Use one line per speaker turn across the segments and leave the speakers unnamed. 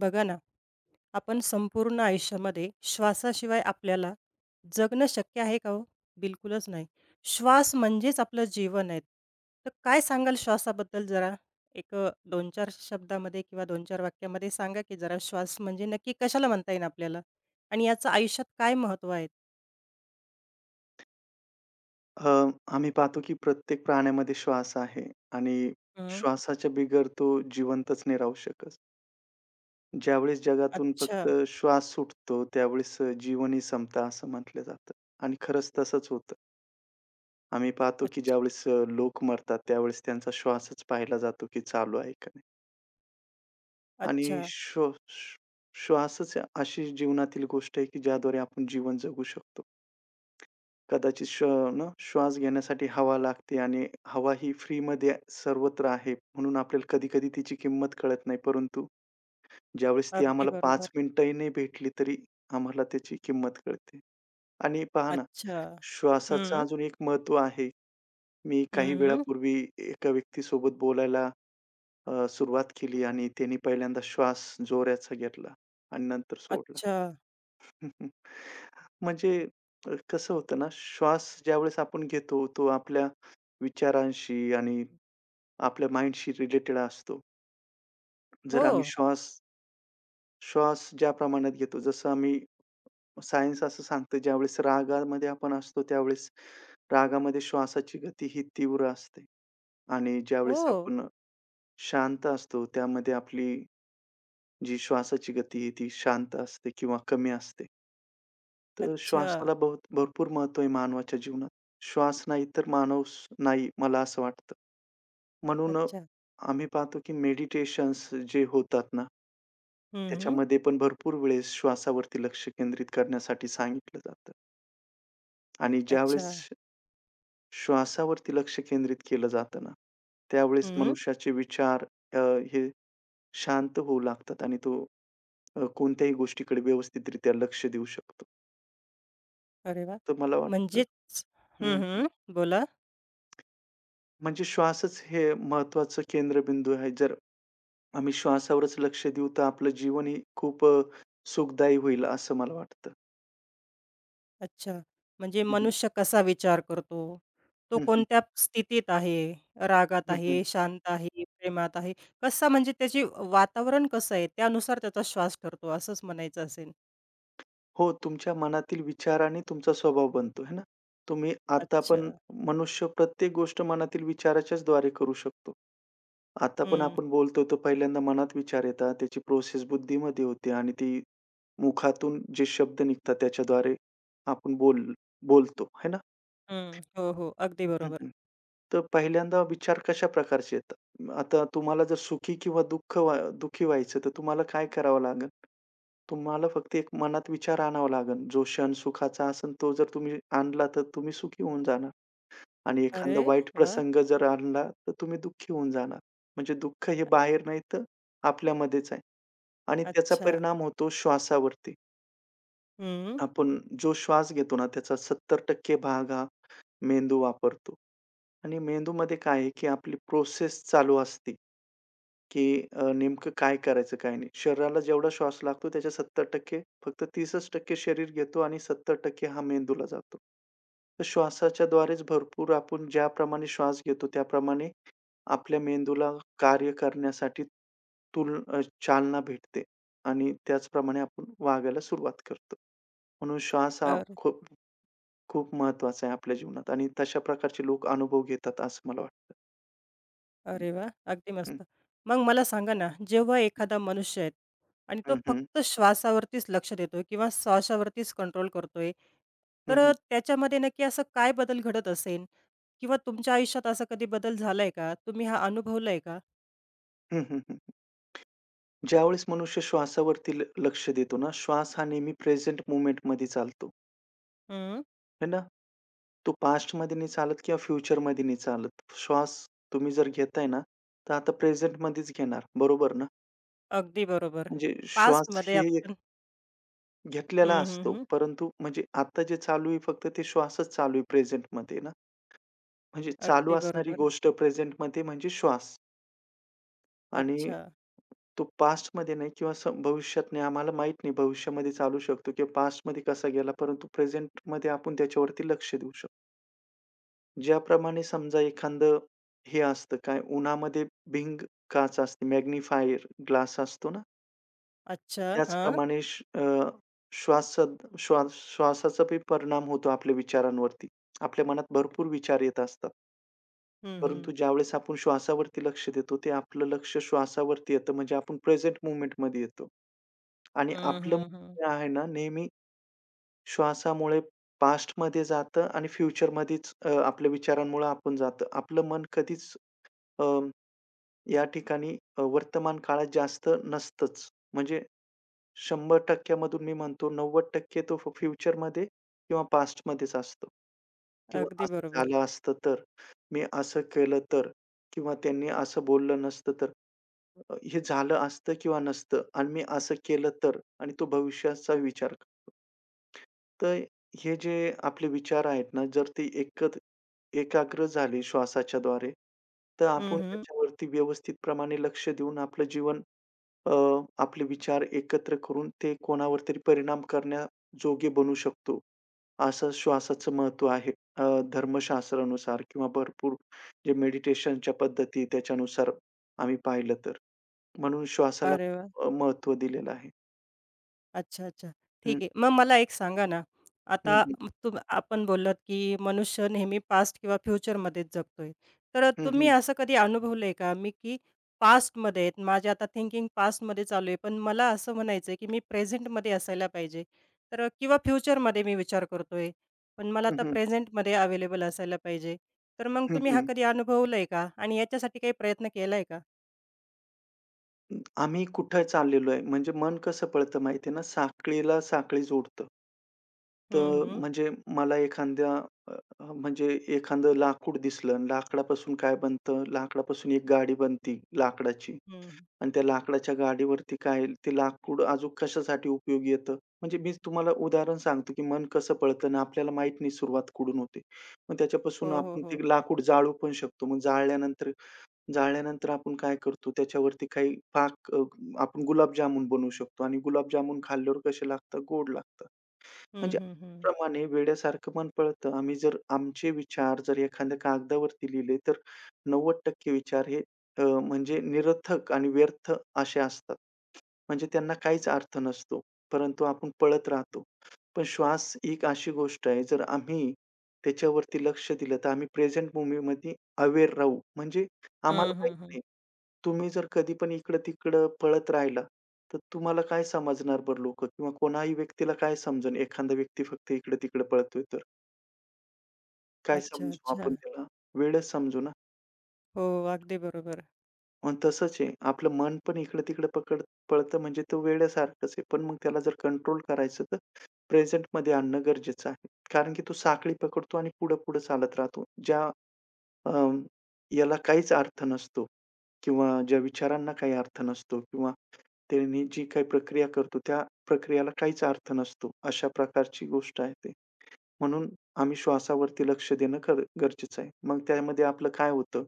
बघा ना, आपण संपूर्ण आयुष्यामध्ये श्वासाशिवाय आपल्याला जगणं शक्य आहे का हो? बिलकुलच नाही. श्वास म्हणजेच आपलं जीवन आहे. तर काय सांगाल श्वासाबद्दल जरा? 2-4 शब्दामध्ये किंवा 2-4 वाक्यामध्ये सांगा की जरा श्वास म्हणजे नक्की कशाला म्हणता येईल आपल्याला? आणि याचं आयुष्यात काय महत्त्व आहे?
अ, आम्ही पाहतो की प्रत्येक प्राण्यामध्ये श्वास आहे आणि
हं.
श्वासाच्या बिगर तो जिवंतच नाही राहू शकत. ज्यावेळेस जगातून
अच्छा,
फक्त श्वास सुटतो, त्यावेळेस जीवन ही संपतं असं म्हटलं जातं आणि खरंच तसंच होतं. आम्ही पाहतो की
अच्छ
ज्यावेळेस लोक मरतात, त्यावेळेस त्यांचा श्वासच पाहिला जातो की चालू आहे का नाही आणि
अच्छा.
श्व श्व श्वासच अशी जीवनातील गोष्ट आहे की ज्याद्वारे आपण जीवन जगू शकतो. कदाचित श्व ना श्वास घेण्यासाठी हवा लागते आणि हवा ही फ्रीमध्ये सर्वत्र आहे. म्हणून आपल्याला कधी-कधी तिची किंमत कळत नाही. परंतु ज्यावेळेस ती
अगदी
आम्हाला 5
बरोबर.
मिनिटंही नाही भेटली, तरी आम्हाला त्याची किंमत कळते. आणि पहा ना,
अच्छा.
श्वासाचं
हं.
अजून एक महत्त्व आहे. मी काही
हं,
वेळापूर्वी एका व्यक्तीसोबत बोलायला सुरुवात केली आणि त्यांनी पहिल्यांदा श्वास जोराचा घेतला आणि नंतर सोडला.
अच्छा.
हं, हं. म्हणजे कसं होतं ना, श्वास ज्यावेळेस आपण घेतो, तो आपल्या विचारांशी आणि आपल्या माइंडशी रिलेटेड असतो. जर
हो,
आम्ही श्वास श्वास ज्या प्रमाणात घेतो, जसं आम्ही सायन्स असं सांगतं, ज्यावेळेस रागामध्ये आपण असतो, त्यावेळेस रागामध्ये श्वासाची गती ही तीव्र असते आणि ज्यावेळेस
हो.
आपण शांत असतो, त्यामध्ये आपली जी श्वासाची गती आहे, ती शांत असते किंवा कमी असते. तर
अच्छा,
श्वासाला बहुत भरपूर महत्त्व आहे मानवाच्या जीवनात. श्वास नाही तर माणूस नाही, मला असं वाटतं. म्हणून
अच्छा.
आम्ही पाहतो की मेडिटेशन्स जे होतात ना,
हं, हं.
त्याच्यामध्ये पण भरपूर वेळेस श्वासावरती लक्ष केंद्रित करण्यासाठी सांगितलं जातं आणि
अच्छा.
ज्यावेळेस श्वासावरती लक्ष केंद्रित केलं जातं ना, त्यावेळेस
हं.
मनुष्याचे विचार अ, हे शांत होऊ लागतात आणि तो कोणत्याही गोष्टीकडे व्यवस्थितरित्या लक्ष देऊ शकतो.
अरे वाह!
तर मला वाटतं
म्हणजेच हं,
हं.
हं. बोला.
म्हणजे श्वासच हे महत्त्वाचं केंद्रबिंदू आहे. जर आम्ही श्वासावरच लक्ष देऊ, तर आपलं जीवनही खूप सुखदायी होईल असं मला वाटतं.
अच्छा. म्हणजे
हं, हं.
मनुष्य कसा विचार करतो? तो
हं, हं.
कोणत्या स्थितीत आहे? रागात
हं,
आहे, शांत आहे, प्रेमात आहे? कसा म्हणजे त्याचे वातावरण कसं आहे, त्यानुसार त्याचा श्वास ठरतो असंच म्हणायचं असेल.
हो, तुमच्या मनातील विचार आणि तुमचा स्वभाव बनतो, है ना? तुम्ही आता
अच्छा.
पण मनुष्य प्रत्येक गोष्ट मनातील विचाराच्याच द्वारे करू शकतो. आता पण
हं,
आपण बोलतो, तर पहिल्यांदा मनात विचार येतात. त्याची प्रोसेस बुद्धीमध्ये होते आणि ती मुखातून जे शब्द निघतात त्याच्याद्वारे आपण बोलतो, है ना?
हं. हो, हो. अगदी
हं,
बरोबर.
हं. तर पहिल्यांदा विचार कशा प्रकारचे येतात? आता तुम्हाला जर सुखी किंवा दुःखी व्हायचं तर तुम्हाला काय करावं लागेल? तुम्हाला फक्त एक मनात विचार आणावा लागेल. जो क्षण सुखाचा असेल तो जर तुम्ही आणला तर तुम्ही सुखी होऊन जाणार आणि
अरे
एखादा वाईट
वाह!
प्रसंग जर आणला तर तुम्ही दुःखी होऊन जाणार. म्हणजे दुःख हे बाहेर नाही तर आपल्यामध्येच आहे आणि त्याचा
अच्छा.
परिणाम होतो श्वासावरती.
हं.
आपण जो श्वास घेतो ना त्याचा 70% भाग हा मेंदू वापरतो. आणि मेंदूमध्ये काय आहे, की आपली प्रोसेस चालू असते, की नेमकं काय करायचं, काय नाही. शरीराला जेवढा श्वास लागतो त्याच्या 70% फक्त 30च% शरीर घेतो आणि 70% हा मेंदूला जातो. तर श्वासाच्याद्वारेच भरपूर आपण ज्याप्रमाणे श्वास घेतो, त्याप्रमाणे आपल्या मेंदूला कार्य करण्यासाठी तुल अ, चालना भेटते आणि त्याचप्रमाणे आपण वागायला सुरुवात करतो. म्हणून श्वास
अ
हा खूप खूप महत्त्वाचा आहे आपल्या जीवनात आणि तशा प्रकारचे लोक अनुभव घेतात असं मला वाटतं. हं,
अरे वाह! अगदी
हं,
मस्त. मग मला सांगा ना, जेव्हा एखादा मनुष्य आहे आणि तो
हं, हं,
फक्त श्वासावरतीच लक्ष देतोय किंवा श्वासावरतीच कंट्रोल करतोय,
हं,
त्याच्यामध्ये नक्की असं काय बदल घडत असेल? किंवा तुमच्या आयुष्यात असा कधी बदल झालाय का? तुम्ही हा अनुभवलाय का?
हं, हं, हं. ज्यावेळेस मनुष्य श्वासावरती लक्ष देतो ना, श्वास हा नेहमी प्रेझेंट मोमेंटमध्ये चालतो,
हं,
है ना. तो पास्टमध्ये नाही चालत किंवा फ्युचरमध्ये नाही चालत. श्वास तुम्ही जर घेताय ना, तर आता प्रेझेंटमध्येच घेणार, बरोबर ना?
अगदी बरोबर.
म्हणजे श्वास
पास्टमध्ये
हे एक
आपण
घेतलेला
हं, हं,
असतो,
हं.
परंतु म्हणजे आता जे चालू आहे फक्त ते श्वासच चालू आहे प्रेझेंटमध्ये ना. म्हणजे चालू
अगदी
असणारी
बरोबर.
गोष्ट प्रेझेंटमध्ये म्हणजे श्वास आणि
अच्छा,
तो पास्टमध्ये नाही किंवा भविष्यात नाही. आम्हाला माहीत नाही भविष्यामध्ये चालू शकतो किंवा पास्टमध्ये कसा गेला, परंतु प्रेझेंटमध्ये आपण त्याच्यावरती लक्ष देऊ शकतो. ज्याप्रमाणे समजा एखादं हे असतं काय उन्हामध्ये भिंग काच असते, मॅग्निफायर ग्लास असतो ना,
अच्छा. हां.
त्याचप्रमाणे श्वास श्वास श्वासाचा बी परिणाम होतो आपल्या विचारांवरती. आपल्या मनात भरपूर विचार येत असतात.
हं,
परंतु
हं.
ज्यावेळेस आपण श्वासावरती लक्ष देतो, ते आपलं लक्ष श्वासावरती येतं म्हणजे आपण प्रेझेंट मोमेंटमध्ये येतो. आणि
हं,
आपलं मन
हं, हं.
जे आहे ना, नेहमी श्वासामुळे पास्टमध्ये जातं आणि फ्युचरमध्येच आपल्या विचारांमुळं आपण जातं. आपलं मन कधीच अ, या ठिकाणी वर्तमान काळात जास्त नसतंच. म्हणजे 100% मधून मी म्हणतो 90% तो फ्युचरमध्ये किंवा पास्टमध्येच असतो. किंवा
अगदी
असं झालं
बरोबर.
असतं तर, मी असं केलं तर किंवा त्यांनी असं बोललं नसतं तर, हे झालं असतं किंवा नसतं आणि मी असं केलं तर आणि तो भविष्याचा विचार तर हे जे आपले विचार आहेत ना, जर ते एकाग्र झाले श्वासाच्या द्वारे, तर
हं,
आपण
हं.
त्याच्यावरती व्यवस्थित प्रमाणे लक्ष देऊन आपलं जीवन अ, आपले विचार एकत्र करून ते कोणावर तरी परिणाम करण्याजोगे बनू शकतो. असं श्वासाचं महत्त्व आहे. अ, धर्मशास्त्रानुसार किंवा भरपूर जे मेडिटेशनच्या पद्धती आहे, त्याच्यानुसार आम्ही पाहिलं तर. म्हणून श्वासाला
अरे वाह!
महत्त्व दिलेलं आहे.
अच्छा, अच्छा. ठीक आहे. मग मला एक सांगा ना,
हं,
आता
हं.
आपण बोललात, की मनुष्य नेहमी पास्ट किंवा फ्युचरमध्येच जगतोय. तर
हं,
तुम्ही
हं.
असं कधी अनुभवलंय का मी, की पास्टमध्ये आहेत, माझे आता थिंकिंग पास्टमध्ये चालू आहे, पण मला असं म्हणायचंय, की मी प्रेझेंटमध्ये असायला पाहिजे. तर किंवा फ्युचरमध्ये मी विचार करतोय, पण मला
हं,
आता
हं.
प्रेझेंटमध्ये अवेलेबल असायला पाहिजे. तर मग
हं,
तुम्ही हा
हं.
कधी अनुभवलाय का? आणि याच्यासाठी काही प्रयत्न केलाय का?
आम्ही कुठे चाललेलो आहे, म्हणजे मन कसं पळतं माहिती आहे ना, साखळीला साखळी जोडतं.
हं,
तर
हं.
म्हणजे मला एखाद्या अ, अ, म्हणजे एखादं लाकूड दिसलं आणि लाकडापासून काय बनतं, लाकडापासून एक गाडी बनती लाकडाची
हं.
आणि त्या लाकडाच्या गाडीवरती काय ते लाकूड अजून कशासाठी उपयोगी येतं. म्हणजे मी तुम्हाला उदाहरण सांगतो, की मन कसं पळतं आणि आपल्याला माहीत नाही सुरुवात कुठून होते. मग त्याच्यापासून
हो, हो,
आपण
हो.
ते लाकूड जाळू पण शकतो. मग जाळल्यानंतर जाळल्यानंतर आपण काय करतो त्याच्यावरती आपण गुलाबजामुन बनवू शकतो आणि गुलाबजामुन खाल्ल्यावर कसे लागतात? गोड लागतात.
हं,
म्हणजे
हं, हं.
प्रमाणे वेड्यासारखं पण पळतं. आम्ही जर आमचे विचार जर एखाद्या कागदावरती लिहिले, तर 90% विचार हे म्हणजे निरर्थक आणि व्यर्थ असे असतात. म्हणजे त्यांना काहीच अर्थ नसतो. परंतु आपण पळत राहतो. पण श्वास एक अशी गोष्ट आहे, जर आम्ही त्याच्यावरती लक्ष दिलं, तर आम्ही प्रेझेंट मूव्हमेंटमध्ये अवेअर राहू. म्हणजे आम्हाला
हं,
माहीत
हं,
नाही. तुम्ही जर कधी पण इकडं-तिकडं पळत राहिला, तर तुम्हाला काय समजणार बरं लोकं किंवा कोणाही व्यक्तीला काय समजेल? एखादा व्यक्ती फक्त इकडं-तिकडं पळतोय तर. काय
अच्छा,
समजू
अच्छा.
आपण त्याला? वेडच समजू ना.
हो, अगदी बरोबर.
मग तसंच आहे. आपलं मन पण इकडं-तिकडं पळतं म्हणजे तो वेड्यासारखंच आहे. पण मग त्याला जर कंट्रोल करायचं तर प्रेझेंटमध्ये आणणं गरजेचं आहे. कारण की तो साखळी पकडतो आणि पुढं-पुढं चालत राहतो. अं, याला काहीच अर्थ नसतो किंवा ज्या विचारांना काही अर्थ नसतो किंवा त्यांनी जी काही प्रक्रिया करतो, त्या प्रक्रियेला काहीच अर्थ नसतो. अशा प्रकारची गोष्ट आहे ते. म्हणून आम्ही श्वासावरती लक्ष देणं गरजेचं आहे. मग त्यामध्ये आपलं काय होतं,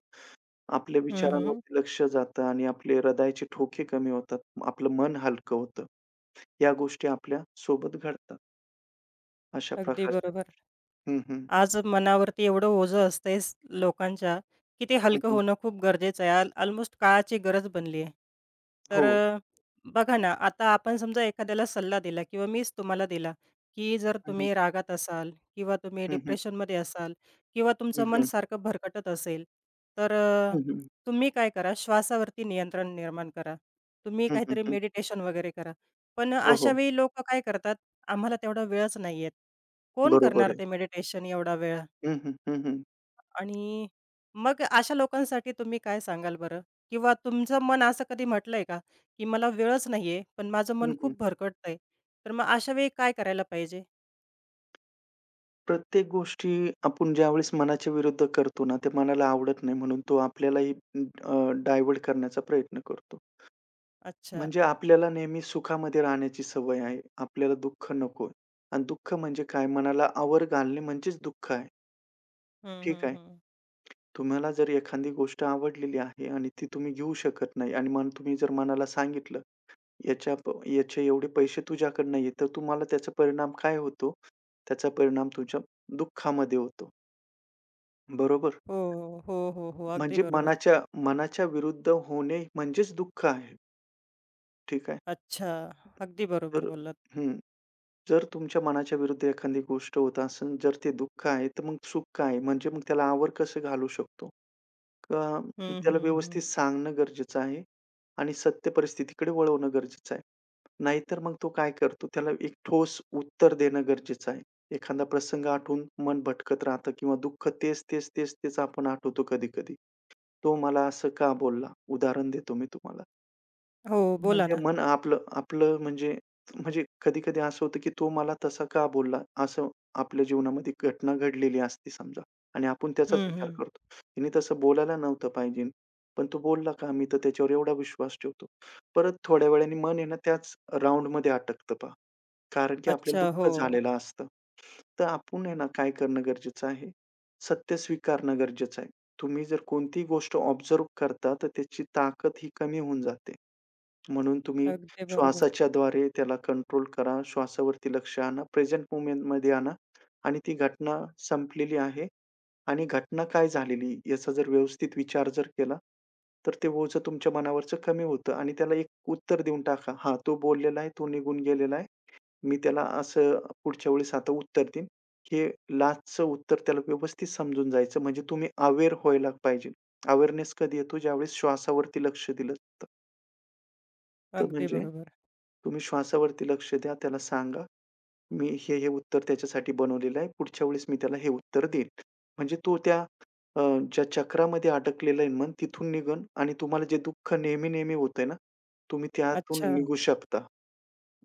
आपल्या
हं, हं.
विचारांवरती लक्ष जातं आणि आपले हृदयाचे ठोके कमी होतात. आपलं मन हलकं होतं. या गोष्टी आपल्या सोबत घडतात. अशा
अगदी
प्रकारच्या
बरोबर.
हं, हं.
आज मनावरती एवढं ओझं असतंय स लोकांच्या, की ते
हं,
हलकं
हं.
होणं खूप गरजेचं आहे. ऑलमोस्ट काळाची गरज बनली आहे. तर
हो.
अ, बघा ना, आता आपण समजा एखाद्याला सल्ला दिला किंवा मीच तुम्हाला दिला, की जर
हं, हं.
तुम्ही रागात असाल किंवा तुम्ही
हं, हं.
डिप्रेशनमध्ये असाल किंवा
हं,
तुमचं मन
हं.
सारखं भरकटत असेल, तर अ,
हं, हं.
तुम्ही काय करा, श्वासावरती नियंत्रण निर्माण करा. तुम्ही
हं,
काहीतरी मेडिटेशन वगैरे करा. पण
हो, हो.
अशावेळी लोकं काय करतात आम्हाला तेवढा वेळच नाहीये. कोण
बरोबर
करणार
आहे.
ते मेडिटेशन एवढा वेळ?
हं, हं. हं, हं.
आणि मग अशा लोकांसाठी तुम्ही काय सांगाल बरं? किंवा तुमचं मन असं कधी म्हटलंय का, की मला वेळच नाहीये, पण माझं मन
हं, हं.
खूप भरकटतंय. तर मग अशा वेळी काय करायला पाहिजे?
प्रत्येक गोष्टी आपण ज्यावेळेस मनाच्या विरुद्ध करतो ना, ते मनाला आवडत नाही म्हणून तो आपल्यालाही डायव्हर्ट करण्याचा प्रयत्न करतो.
अच्छा.
म्हणजे आपल्याला नेहमी सुखामध्ये राहण्याची सवय आहे. आपल्याला दुःख नकोय आणि दुःख म्हणजे काय? मनाला आवर घालणे म्हणजेच दुःख आहे.
हं,
ठीक
हं,
आहे.
हं.
तुम्हाला जर एखादी गोष्ट आवडलेली आहे आणि ती तुम्ही घेऊ शकत नाही आणि मग तुम्ही जर मनाला सांगितलं याच्या प याचे एवढे पैसे तुझ्याकडनं नाहीये, तर तुम्हाला त्याचा परिणाम काय होतो? त्याचा परिणाम तुमच्या दुःखामध्ये होतो. बरोबर?
हो, हो, हो, हो. अगदी
म्हणजे
बरोबर.
मनाच्या मनाच्या विरुद्ध होणे म्हणजेच दुःख आहे. ठीक आहे.
अच्छा. अगदी बरोबर
तर
बोललात.
हं. जर तुमच्या मनाच्या विरुद्ध एखादी गोष्ट होत असेल, जर ते दुःख आहे, तर मग सुख काय? म्हणजे मग त्याला आवर कसं घालू शकतो? अ,
हं,
त्याला
हं,
व्यवस्थित
हं.
सांगणं गरजेचं आहे आणि सत्य परिस्थितीकडे वळवणं गरजेचं आहे. नाहीतर मग तो काय करतो, त्याला एक ठोस उत्तर देणं गरजेचं आहे. एखादा प्रसंग आठवून मन भटकत राहतं किंवा दुःख तेच, तेच, तेच, तेच आपण आठवतो कधी-कधी. तो मला असं का बोलला? उदाहरण देतो मी तुम्हाला.
हो, बोला
म्हणजे
ना.
मन आपलं आपलं म्हणजे म्हणजे कधी-कधी असं होतं, की तो मला तसा का बोलला? असं आपल्या जीवनामध्ये घटना घडलेली असते समजा आणि आपण त्याचाच
हं,
विचार
हं.
करतो. तिने तसं बोलायला नव्हतं पाहिजे. पण तो बोलला का? मी तर त्याच्यावर एवढा विश्वास ठेवतो. परत थोड्या वेळाने मन आहे ना त्याच राउंडमध्ये अटकतं पहा. कारण की आपल्याला
अच्छा.
दुःख
हो.
झालेलं असतं. तर आपण आहे ना काय करणं गरजेचं आहे? सत्य स्वीकारणं गरजेचं आहे. तुम्ही जर कोणतीही गोष्ट ऑब्झर्व्ह करता, तर त्याची ताकद ही कमी होऊन जाते. म्हणून तुम्ही
अगदी बरोबर.
श्वासाच्या द्वारे त्याला कंट्रोल करा. श्वासावरती लक्ष आणा. प्रेझेंट मोमेंटमध्ये आणा आणि ती घटना संपलेली आहे आणि घटना काय झालेली याचा जर व्यवस्थित विचार जर केला, तर ते ओझं तुमच्या मनावरचं कमी होतं आणि त्याला एक उत्तर देऊन टाका. "हां, तो बोललेला आहे, तो निघून गेलेला आहे. मी त्याला असं पुढच्या वेळेस आता उत्तर देईन." हे लास्टचं उत्तर त्याला व्यवस्थित समजून जायचं. म्हणजे तुम्ही अवेअर व्हायला पाहिजे. अवेअरनेस कधी येतो? ज्यावेळेस श्वासावरती लक्ष दिलं तर
अगदी
म्हणजे
बरोबर.
तुम्ही श्वासावरती लक्ष द्या. त्याला सांगा, "मी हे, हे उत्तर त्याच्यासाठी बनवलेलं आहे. पुढच्या वेळेस मी त्याला हे उत्तर देईन." म्हणजे तो त्या अ, ज्या चक्रामध्ये अडकलेला आहे मन तिथून निघन आणि तुम्हाला जे दुःख नेहमी-नेहमी होतंय ना, तुम्ही त्यातून
अच्छा.
निघू शकता.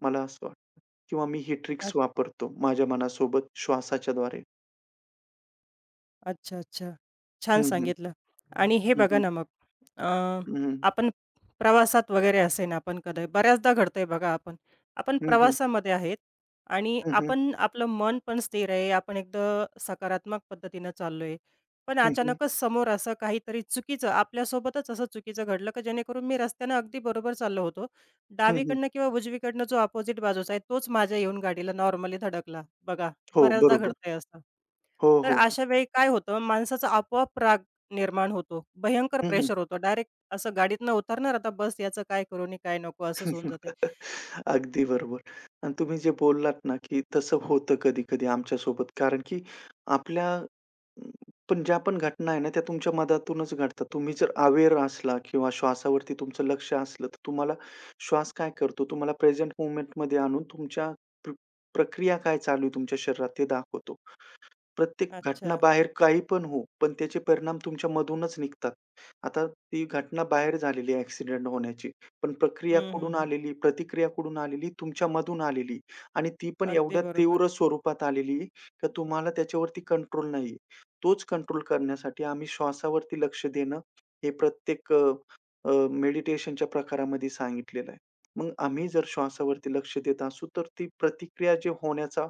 मला असं वाटतं किंवा मी ही ट्रिक्स वापरतो माझ्या मनासोबत श्वासाच्याद्वारे.
अच्छा, अच्छा. छान
हं,
सांगितलं. आणि हे
हं,
बघा
हं.
ना मग अ,
हं, हं.
आपण प्रवासात वगैरे असेन आपण कधी बऱ्याचदा घडतंय बघा आपण. आपण
हं, हं.
प्रवासामध्ये आहेत आणि
हं, हं.
आपण आपलं मन पण स्थिर आहे. आपण एकदम सकारात्मक पद्धतीनं चाललोय. पण
हं, हं.
अचानकच समोर असं काहीतरी चुकीचं आपल्यासोबतच असं चुकीचं घडलं, की जेणेकरून मी रस्त्यानं अगदी बरोबर चाललो होतो.
हं, हं.
डावीकडनं किंवा उजवीकडनं जो अपोझिट बाजूचा आहे तोच माझ्या येऊन गाडीला नॉर्मली धडकला. बघा,
हो,
बऱ्याचदा
बरोबर.
घडतंय असं.
हो,
तर
हो.
अशा वेळी काय होतं, माणसाचा आपोआप राग निर्माण होतो. भयंकर
हं, हं.
प्रेशर होतो. डायरेक्ट असं गाडीतनं उतरणार, आता बस याचं काय करू आणि काय नको असंच होऊन जाते.
अगदी बरोबर. आणि तुम्ही जे बोललात ना, की तसं होतं कधी-कधी सोबत कारण की आपल्या अं, पण ज्या पण घटना आहे ना, त्या तुमच्या मधातूनच घडतात. तुम्ही जर अवेअर असला किंवा श्वासावरती तुमचं लक्ष असलं, तर तुम्हाला श्वास काय करतो, तुम्हाला प्रेझेंट मूव्हमेंटमध्ये आणून तुमच्या प्र प्रक्रिया काय चालू आहे तुमच्या शरीरात ते दाखवतो. प्रत्येक घटना
अच्छा.
बाहेर काही पण हो, पण त्याचे परिणाम तुमच्यामधूनच निघतात. आता ती घटना बाहेर झालेली आहे होण्याची, पण प्रक्रिया
हं, हं,
कुठून
हं.
आलेली, प्रतिक्रिया कुठून आलेली? तुमच्यामधून आलेली आणि ती पण
अगदी
एवढ्या
बरोबर.
तीव्र स्वरूपात आलेली, का तुम्हाला त्याच्यावरती कंट्रोल नाहीये. तोच कंट्रोल करण्यासाठी आम्ही श्वासावरती लक्ष देणं, हे प्रत्येक मेडिटेशनच्या प्रकारामध्ये सांगितलेलं आहे. मग आम्ही जर श्वासावरती लक्ष देत असू, तर ती प्रतिक्रिया जे होण्याचा,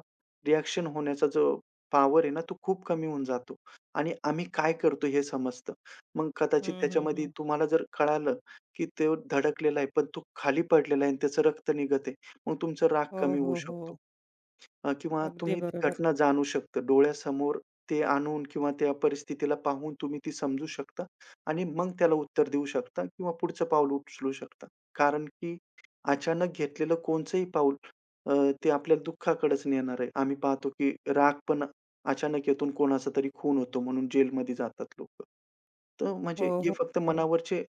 रिएक्शन होण्याचा जो पॉवर आहे ना, तो खूप कमी होऊन जातो आणि आम्ही काय करतो हे समजतं. मग कदाचित
हं, हं,
त्याच्यामध्ये
हं.
तुम्हाला जर कळालं, की तो धडकलेला आहे, पण तो खाली पडलेला आहे आणि त्याचं रक्त निघत आहे. मग तुमचा राग
हो,
कमी होऊ
हो,
शकतो.
हो.
किंवा
अगदी
तुम्ही ती
बरोबर.
घटना जाणू शकता. डोळ्यासमोर ते आणून किंवा त्या परिस्थितीला पाहून तुम्ही ती समजू शकता आणि मग त्याला उत्तर देऊ शकता किंवा पुढचं पाऊल उचलू शकता. कारण की अचानक घेतलेलं कोणचंही पाऊल अ, ते आपल्याला दुःखाकडेच नेणार आहे. आम्ही पाहतो की राग पण अचानक येतो कोणाचा तरी खून होतो म्हणून जेलमध्ये जातात लोकं. तर म्हणजे
हो,
हे
हो,
फक्त
हो.
मनावरचे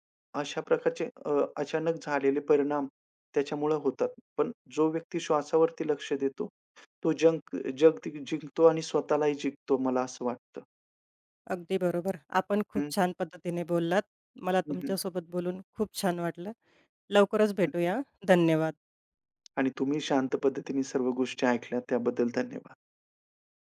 अशा प्रकारचे अचानक झालेले परिणाम त्याच्यामुळं होतात. पण जो व्यक्ती श्वासावरती लक्ष देतो तो जंक जग जिंकतो आणि स्वतःलाही जिंकतो मला असं वाटतं.
अगदी बरोबर. आपण खूप
हं,
छान पद्धतीने बोललात. मला
हं, हं,
तुमच्यासोबत बोलून खूप छान वाटलं. लवकरच
हं.
भेटूया. धन्यवाद.
आणि तुम्ही शांत पद्धतीने सर्व गोष्टी ऐकल्या त्याबद्दल धन्यवाद.